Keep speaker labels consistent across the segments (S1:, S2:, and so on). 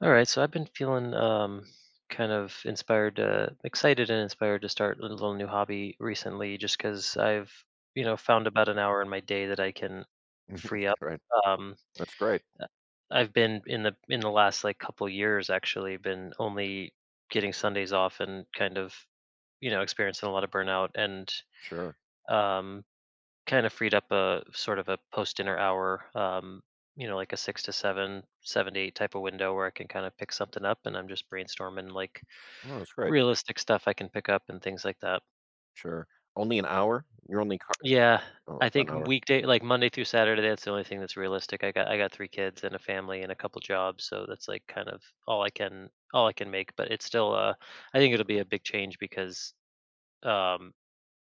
S1: All right, so I've been feeling kind of inspired, excited, and inspired to start a little new hobby recently, just because I've found about an hour in my day that I can free up.
S2: Right.
S1: Um,
S2: That's great.
S1: I've been in the last like couple years actually been only getting Sundays off and kind of experiencing a lot of burnout and
S2: Sure.
S1: um, kind of freed up a sort of a post dinner hour, like a six to seven, seven to eight type of window where I can kind of pick something up, and I'm just brainstorming like
S2: No, that's great.
S1: realistic stuff I can pick up and things like that.
S2: Sure. Only an hour? You're only car
S1: Yeah.
S2: oh,
S1: I
S2: about
S1: think
S2: an hour.
S1: weekday like Monday through Saturday, that's the only thing that's realistic. I got three kids and a family and a couple jobs, so that's like kind of all I can make. But it's still I think it'll be a big change, because um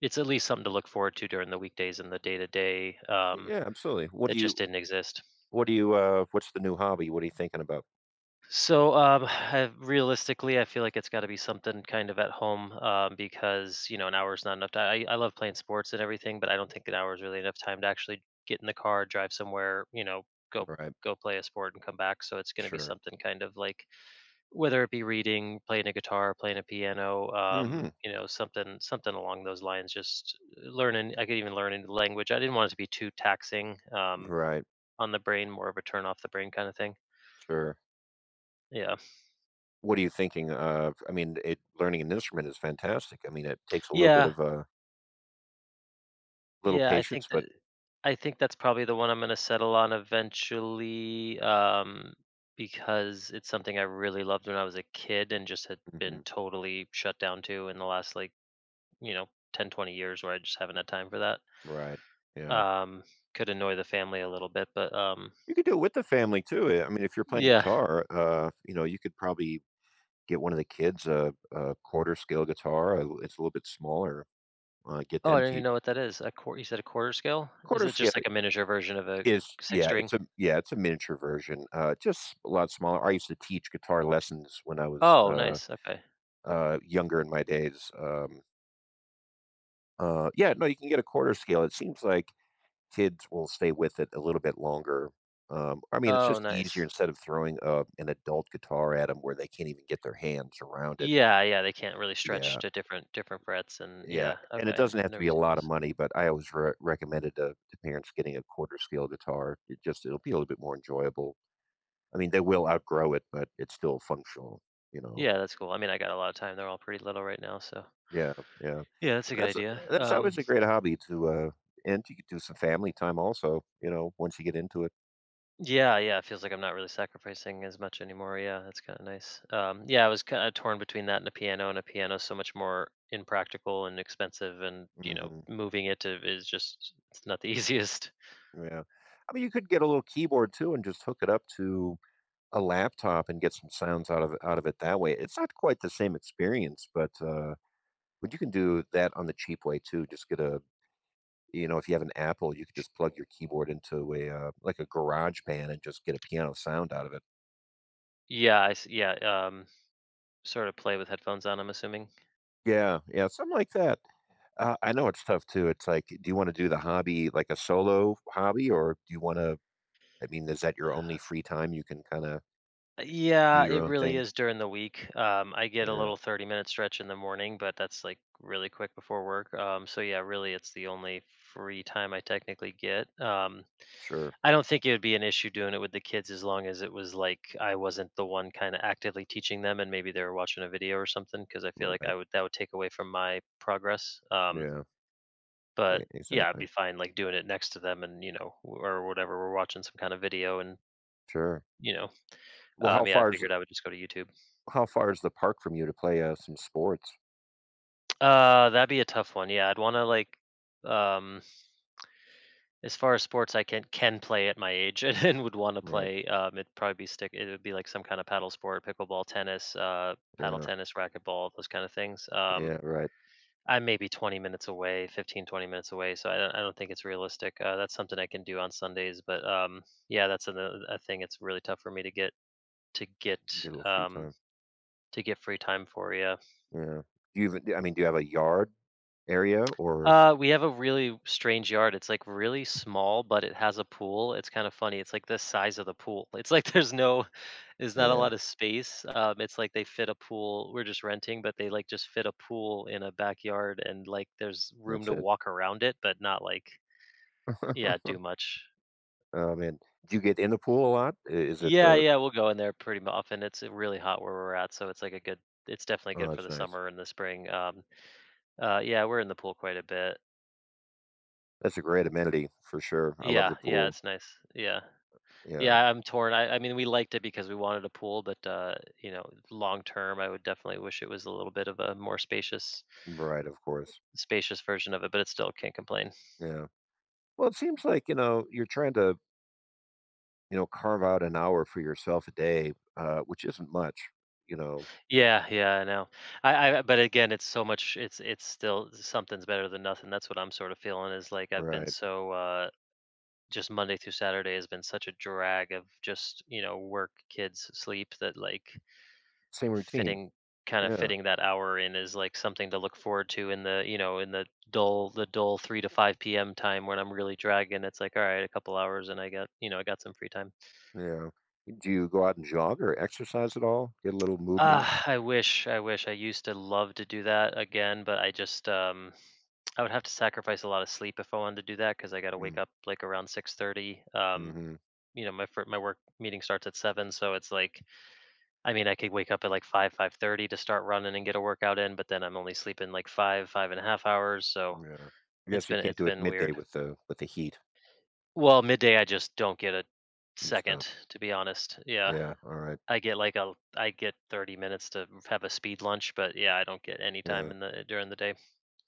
S1: it's at least something to look forward to during the weekdays and the day to day,
S2: Yeah, absolutely.
S1: that just didn't exist.
S2: What do you, what's the new hobby? What are you thinking about?
S1: So, I, realistically, I feel like it's got to be something kind of at home, because an hour is not enough time. I love playing sports and everything, but I don't think an hour is really enough time to actually get in the car, drive somewhere, go
S2: Right.
S1: go play a sport and come back. So it's going to be
S2: Sure.
S1: something kind of like whether it be reading, playing a guitar, playing a piano,
S2: Mhm.
S1: something along those lines. Just learning. I could even learn a language. I didn't want it to be too taxing,
S2: Right.
S1: on the brain, more of a turn off the brain kind of thing.
S2: Sure.
S1: Yeah.
S2: What are you thinking of? I mean, it learning an instrument is fantastic. I mean, it takes a little bit
S1: Yeah.
S2: of a little
S1: Yeah, I
S2: patience,
S1: think that
S2: but
S1: I think that's probably the one I'm gonna settle on eventually, because it's something I really loved when I was a kid and just had been
S2: Mhm.
S1: totally shut down to in the last like, you know, 10-20 years where I just haven't had time for that.
S2: Right. Yeah.
S1: Um, could annoy the family a little bit, but
S2: You could do it with the family too. I mean, if you're playing
S1: yeah.
S2: guitar, you know, you could probably get one of the kids a quarter scale guitar, it's a little bit smaller, get
S1: Oh,
S2: them
S1: I don't
S2: to
S1: even know what that is. A quarter, you said a quarter scale? Is
S2: quarter
S1: it just like a
S2: scale
S1: miniature version of a
S2: is
S1: six string?
S2: yeah, it's a miniature version, just a lot smaller. I used to teach guitar lessons when I was,
S1: Oh, nice. Okay.
S2: younger in my days, yeah, no, you can get a quarter scale. It seems like kids will stay with it a little bit longer. I mean, it's
S1: Oh,
S2: just easier
S1: nice.
S2: instead of throwing, an adult guitar at them where they can't even get their hands around it.
S1: Yeah, yeah, they can't really stretch
S2: Yeah.
S1: to different frets, and
S2: Yeah,
S1: yeah,
S2: and it
S1: okay.
S2: doesn't have
S1: I've
S2: to
S1: never
S2: be a
S1: seen
S2: lot of
S1: this.
S2: money, but I always re recommended to parents getting a quarter scale guitar. It just it'll be a little bit more enjoyable. I mean, they will outgrow it, but it's still functional, you know?
S1: Yeah, that's cool. I mean, I got a lot of time. They're all pretty little right now, so
S2: Yeah, yeah.
S1: yeah, that's a good
S2: That's
S1: idea.
S2: that's always a great hobby to, and you could do some family time also, you know, once you get into it.
S1: Yeah, yeah, it feels like I'm not really sacrificing as much anymore. Yeah, that's kind of nice. Yeah, I was kind of torn between that and a piano is so much more impractical and expensive, and
S2: Mhm,
S1: moving it to, is just it's not the easiest.
S2: yeah. I mean, you could get a little keyboard too and just hook it up to a laptop and get some sounds out of it that way. It's not quite the same experience, but, but you can do that on the cheap way too. Just get a you know, if you have an Apple, you could just plug your keyboard into a, like a garage band and just get a piano sound out of it.
S1: Yeah, I s yeah, sort of play with headphones on. I'm assuming.
S2: Yeah, yeah, something like that. I know it's tough too. It's like, do you wanna do the hobby like a solo hobby, or do you wanna I mean, is that your only free time? You can kinda do
S1: Yeah,
S2: your
S1: it
S2: own
S1: really
S2: thing?
S1: is during the week. I get a
S2: Yeah,
S1: little 30-minute stretch in the morning, but that's like really quick before work. So yeah, really it's the only free time I technically get.
S2: sure.
S1: I don't think it would be an issue doing it with the kids as long as it was like I wasn't the one kind of actively teaching them, and maybe they were watching a video or something, because I feel
S2: All
S1: like
S2: right.
S1: I would that would take away from my progress.
S2: Yeah,
S1: But
S2: e
S1: yeah, I'd
S2: exactly.
S1: be fine like doing it next to them, and or whatever we're watching some kind of video, and
S2: Sure.
S1: you know
S2: Well, how
S1: yeah, I
S2: far is
S1: figured I would just go to YouTube.
S2: how far is the park from you to play, some sports?
S1: That'd be a tough one. Yeah, I'd want to like, um, as far as sports I can play at my age and, would want to
S2: Right.
S1: play, it'd probably be stick. It would be like some kind of paddle sport, pickleball, tennis, paddle
S2: Yeah,
S1: tennis, racquetball, those kind of things.
S2: yeah, right.
S1: I'm maybe 20 minutes away, 15-20 minutes away, so I don't think it's realistic. That's something I can do on Sundays, but yeah, that's a thing. It's really tough for me to get
S2: Get a little free
S1: um
S2: time.
S1: to get free time for. Yeah.
S2: Yeah. Do you even I mean, do you have a yard area or
S1: We have a really strange yard. It's like really small, but it has a pool. It's kind of funny. It's like the size of the pool. It's like there's no, there's not a
S2: yeah,
S1: lot of space. It's like they fit a pool. We're just renting, but they like just fit a pool in a backyard, and like there's room
S2: that's
S1: to
S2: it.
S1: walk around it, but not like yeah, do much.
S2: Oh, man. Do you get in the pool a lot? I is it
S1: Yeah,
S2: the
S1: yeah, we'll go in there pretty often. It's really hot where we're at, so it's like a good. It's definitely
S2: oh,
S1: good for
S2: that's
S1: the
S2: nice.
S1: summer and the spring. Yeah, we're in the pool quite a bit.
S2: That's a great amenity for sure. I love
S1: Yeah,
S2: the
S1: yeah,
S2: pool.
S1: it's nice. Yeah.
S2: Yeah.
S1: Yeah, I'm torn. I mean, we liked it because we wanted a pool, but long term, I would definitely wish it was a little bit of a more spacious,
S2: Right, of course.
S1: spacious version of it. But it still can't complain.
S2: Yeah. Well, it seems like, you know, you're trying to, you know, carve out an hour for yourself a day, which isn't much, you know.
S1: Yeah, yeah, I know. But again, it's so much. It's still something's better than nothing. That's what I'm sort of feeling. Is like I've been
S2: Right.
S1: so just Monday through Saturday has been such a drag of just work, kids, sleep, that like
S2: Same routine.
S1: fitting kind of
S2: Yeah.
S1: fitting that hour in is like something to look forward to in the you know in the dull 3 to 5 p.m time when I'm really dragging. It's like, all right, a couple hours and I got, I got some free time.
S2: Yeah. Do you go out and jog or exercise at all? Get a little movement?
S1: Ah, I wish I used to love to do that again, but I just I would have to sacrifice a lot of sleep if I wanted to do that, because I got to wake
S2: Mm.
S1: up like around 6:30.
S2: Mhm.
S1: My my work meeting starts at 7, so it's like I mean, I could wake up at like five, 5:30 to start running and get a workout in, but then I'm only sleeping like five, 5.5 hours. So
S2: Yeah. I
S1: it's
S2: guess you
S1: been
S2: can't
S1: it's
S2: do it
S1: been
S2: midday
S1: weird.
S2: with the heat.
S1: Well, midday I just don't get a
S2: You just
S1: second,
S2: don't.
S1: to be honest. Yeah,
S2: Yeah. All right.
S1: I get 30 minutes to have a speed lunch, but yeah, I don't get any time
S2: Yeah.
S1: in the during the day.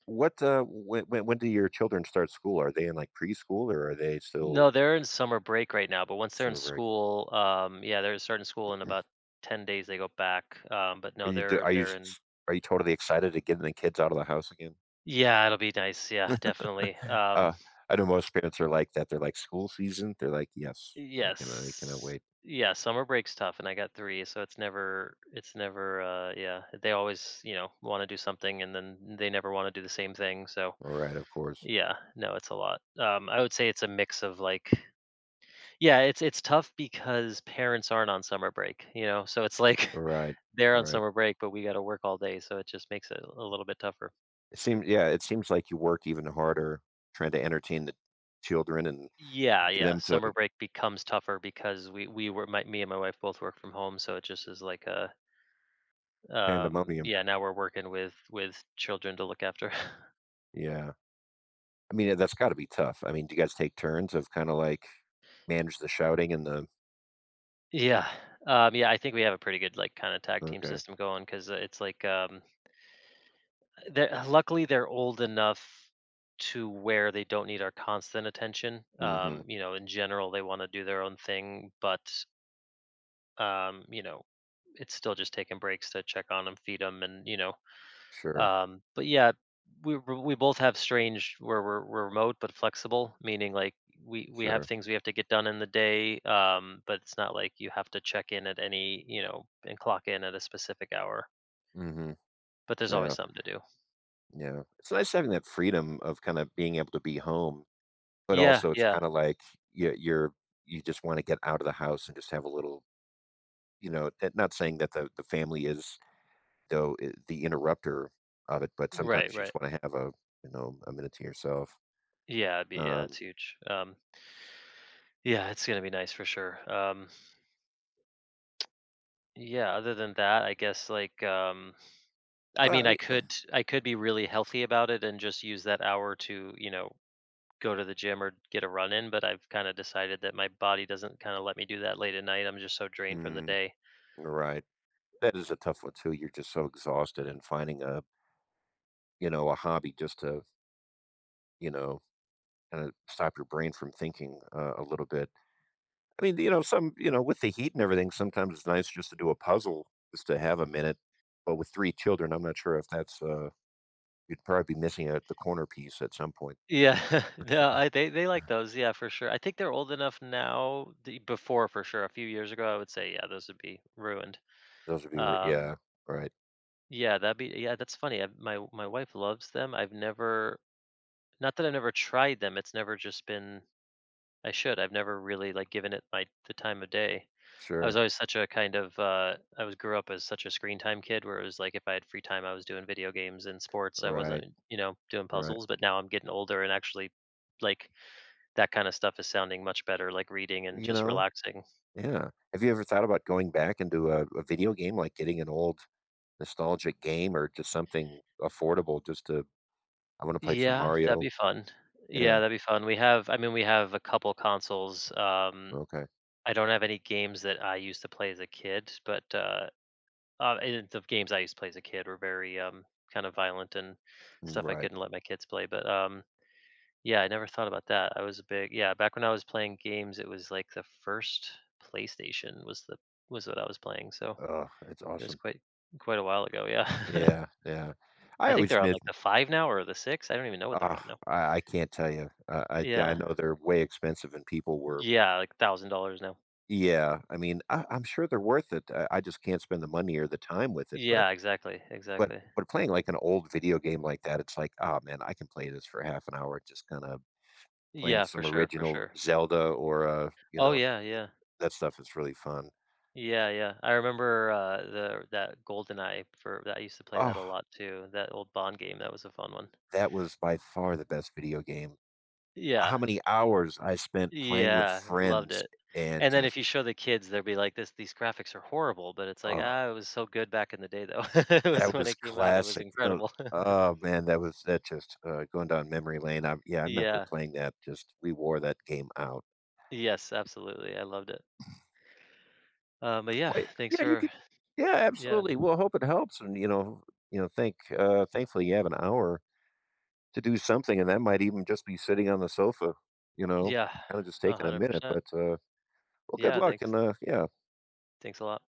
S2: When do your children start school? Are they in like preschool or are they still
S1: No, they're in summer break right now, but once they're in
S2: summer break?
S1: school, yeah, they're starting school in about 10 days. They go back, but
S2: Are
S1: no,
S2: you? D-
S1: they're
S2: Are you?
S1: they're in.
S2: S- Are you totally excited to getting the kids out of the house again?
S1: Yeah, it'll be nice. Yeah, definitely.
S2: uh. I know most parents are like that. They're like school season. They're like, yes, I cannot
S1: Yes.
S2: wait.
S1: Yeah, summer break's tough and I got 3, so it's never, yeah, they always, wanna do something and then they never wanna do the same thing, so
S2: All right. Of course.
S1: yeah, no, it's a lot. I would say it's a mix of, like yeah, it's tough because parents aren't on summer break, you know? So it's like
S2: All right.
S1: they're
S2: All
S1: on
S2: right.
S1: summer break, but we gotta work all day, so it just makes it a little bit tougher.
S2: It seems. Yeah. It seems like you work even harder trying to entertain the children and
S1: Yeah,
S2: get
S1: yeah,
S2: them to
S1: summer break becomes tougher because we were my me and my wife both work from home, so it just is like a
S2: pandemonium.
S1: yeah, now we're working with children to look after.
S2: Yeah. I mean, that's gotta be tough. I mean, do you guys take turns of kinda, like, manage the shouting and the
S1: Yeah. Yeah, I think we have a pretty good like kind of tag team
S2: okay.
S1: system going because it's like they're, luckily they're old enough to where they don't need our constant attention.
S2: Mhm.
S1: In general, they want to do their own thing, but um, you know, it's still just taking breaks to check on them, feed them, and
S2: Sure.
S1: But yeah, we both have strange where we're remote but flexible, meaning like we have
S2: Sure.
S1: things we have to get done in the day, but it's not like you have to check in at any, and clock in at a specific hour.
S2: Mhm.
S1: But there's always
S2: Yeah.
S1: something to do.
S2: Yeah. It's nice having that freedom of kinda being able to be home, but
S1: Yeah,
S2: also it's
S1: yeah,
S2: kinda like you're you just wanna get out of the house and just have a little you know, not saying that the family is, though, the interrupter of it, but
S1: right,
S2: sometimes you
S1: right.
S2: just wanna have a, you know, a minute to yourself.
S1: Yeah, it'd be yeah, it's
S2: Um,
S1: huge. Yeah, it's gonna be nice for sure. Yeah. Other than that, I guess like I
S2: well, I
S1: mean, I
S2: mean
S1: could I could be really healthy about it and just use that hour to go to the gym or get a run in, but I've kind of decided that my body doesn't kind of let me do that late at night. I'm just so drained from the
S2: mm,
S1: day.
S2: right. That is a tough one too. You're just so exhausted and finding a, you know, a hobby just to, you know, kinda stop your brain from thinking, a little bit. I mean, you know, some you know, with the heat and everything, sometimes it's nice just to do a puzzle, just to have a minute, but with three children, I'm not sure if that's, you'd probably be missing out the corner piece at some point.
S1: Yeah, no, I they like those. Yeah, for sure. I think they're old enough now. The, before, for sure, a few years ago, I would say, yeah, those would be ruined.
S2: Those would be r Yeah,
S1: Um,
S2: right.
S1: yeah, that'd be. Yeah, that's funny. I, my wife loves them. I've never, not that I've never tried them. It's never just been. I should. I've never really like given it my the time of day. I was
S2: Sure.
S1: always such a kind of I was grew up as such a screen time kid where it was like if I had free time I was doing video games and sports. I
S2: Right,
S1: wasn't, doing
S2: right.
S1: puzzles, but now I'm getting older and actually like that kind of stuff is sounding much better, like reading and
S2: You
S1: just
S2: know?
S1: relaxing.
S2: Yeah. Have you ever thought about going back into a video game, like getting an old nostalgic game or just something affordable just to I wanna play some
S1: Yeah, that'd
S2: Mario.
S1: be fun.
S2: Yeah,
S1: Yeah, that'd be fun. We have I mean we have a couple consoles.
S2: okay.
S1: I don't have any games that I used to play as a kid, but and the games I used to play as a kid were very kind of violent and stuff I
S2: Right.
S1: couldn't let my kids play, but yeah, I never thought about that. I was a big yeah, back when I was playing games, it was like the first PlayStation was the was what I was playing, so
S2: Ugh, it's
S1: it was
S2: awesome.
S1: quite a while ago, yeah.
S2: Yeah, yeah. I
S1: I think
S2: always
S1: they're on
S2: miss
S1: like the 5 now or the 6, I don't even know what they're
S2: uh,
S1: on now.
S2: I can't tell you. I yeah, I
S1: Yeah.
S2: know they're way expensive and people were
S1: Yeah, like $1,000 now.
S2: yeah, I mean, I'm sure they're worth it. I just can't spend the money or the time with it, but
S1: Yeah, exactly, exactly.
S2: but playing, like, an old video game like that, it's like, "Oh man, I can play this for half an hour," just kinda playing
S1: Yeah, for
S2: some
S1: sure, for
S2: original
S1: sure.
S2: Zelda or, you
S1: Oh,
S2: know,
S1: yeah, yeah.
S2: that stuff is really fun.
S1: Yeah, yeah. I remember, the that GoldenEye for that I used to play
S2: Oh.
S1: that a lot too, that old Bond game, that was a fun one.
S2: That was by far the best video game.
S1: Yeah.
S2: How many hours I spent playing with
S1: Yeah, loved
S2: friends
S1: it.
S2: and
S1: And then
S2: just
S1: if you show the kids, they'll be like, "This these graphics are horrible," but it's like,
S2: oh,
S1: "Ah, it was so good back in the day, though." It was
S2: that
S1: when
S2: was
S1: it came out, it was
S2: classic. The
S1: incredible.
S2: Oh man, that was that just going down memory lane. I Yeah, I remember
S1: Yeah.
S2: playing that. Just we wore that game out.
S1: Yes, absolutely, I loved it. But yeah,
S2: Wait,
S1: thanks
S2: yeah, you
S1: for
S2: could. Yeah,
S1: yeah,
S2: absolutely. Well, hope it helps, and you know, thankfully, you have an hour to do something, and that might even just be sitting on the sofa. You know,
S1: yeah,
S2: kind of just taking a minute.
S1: 100%.
S2: But Well, good
S1: Yeah,
S2: luck,
S1: thanks.
S2: and yeah,
S1: Thanks a lot.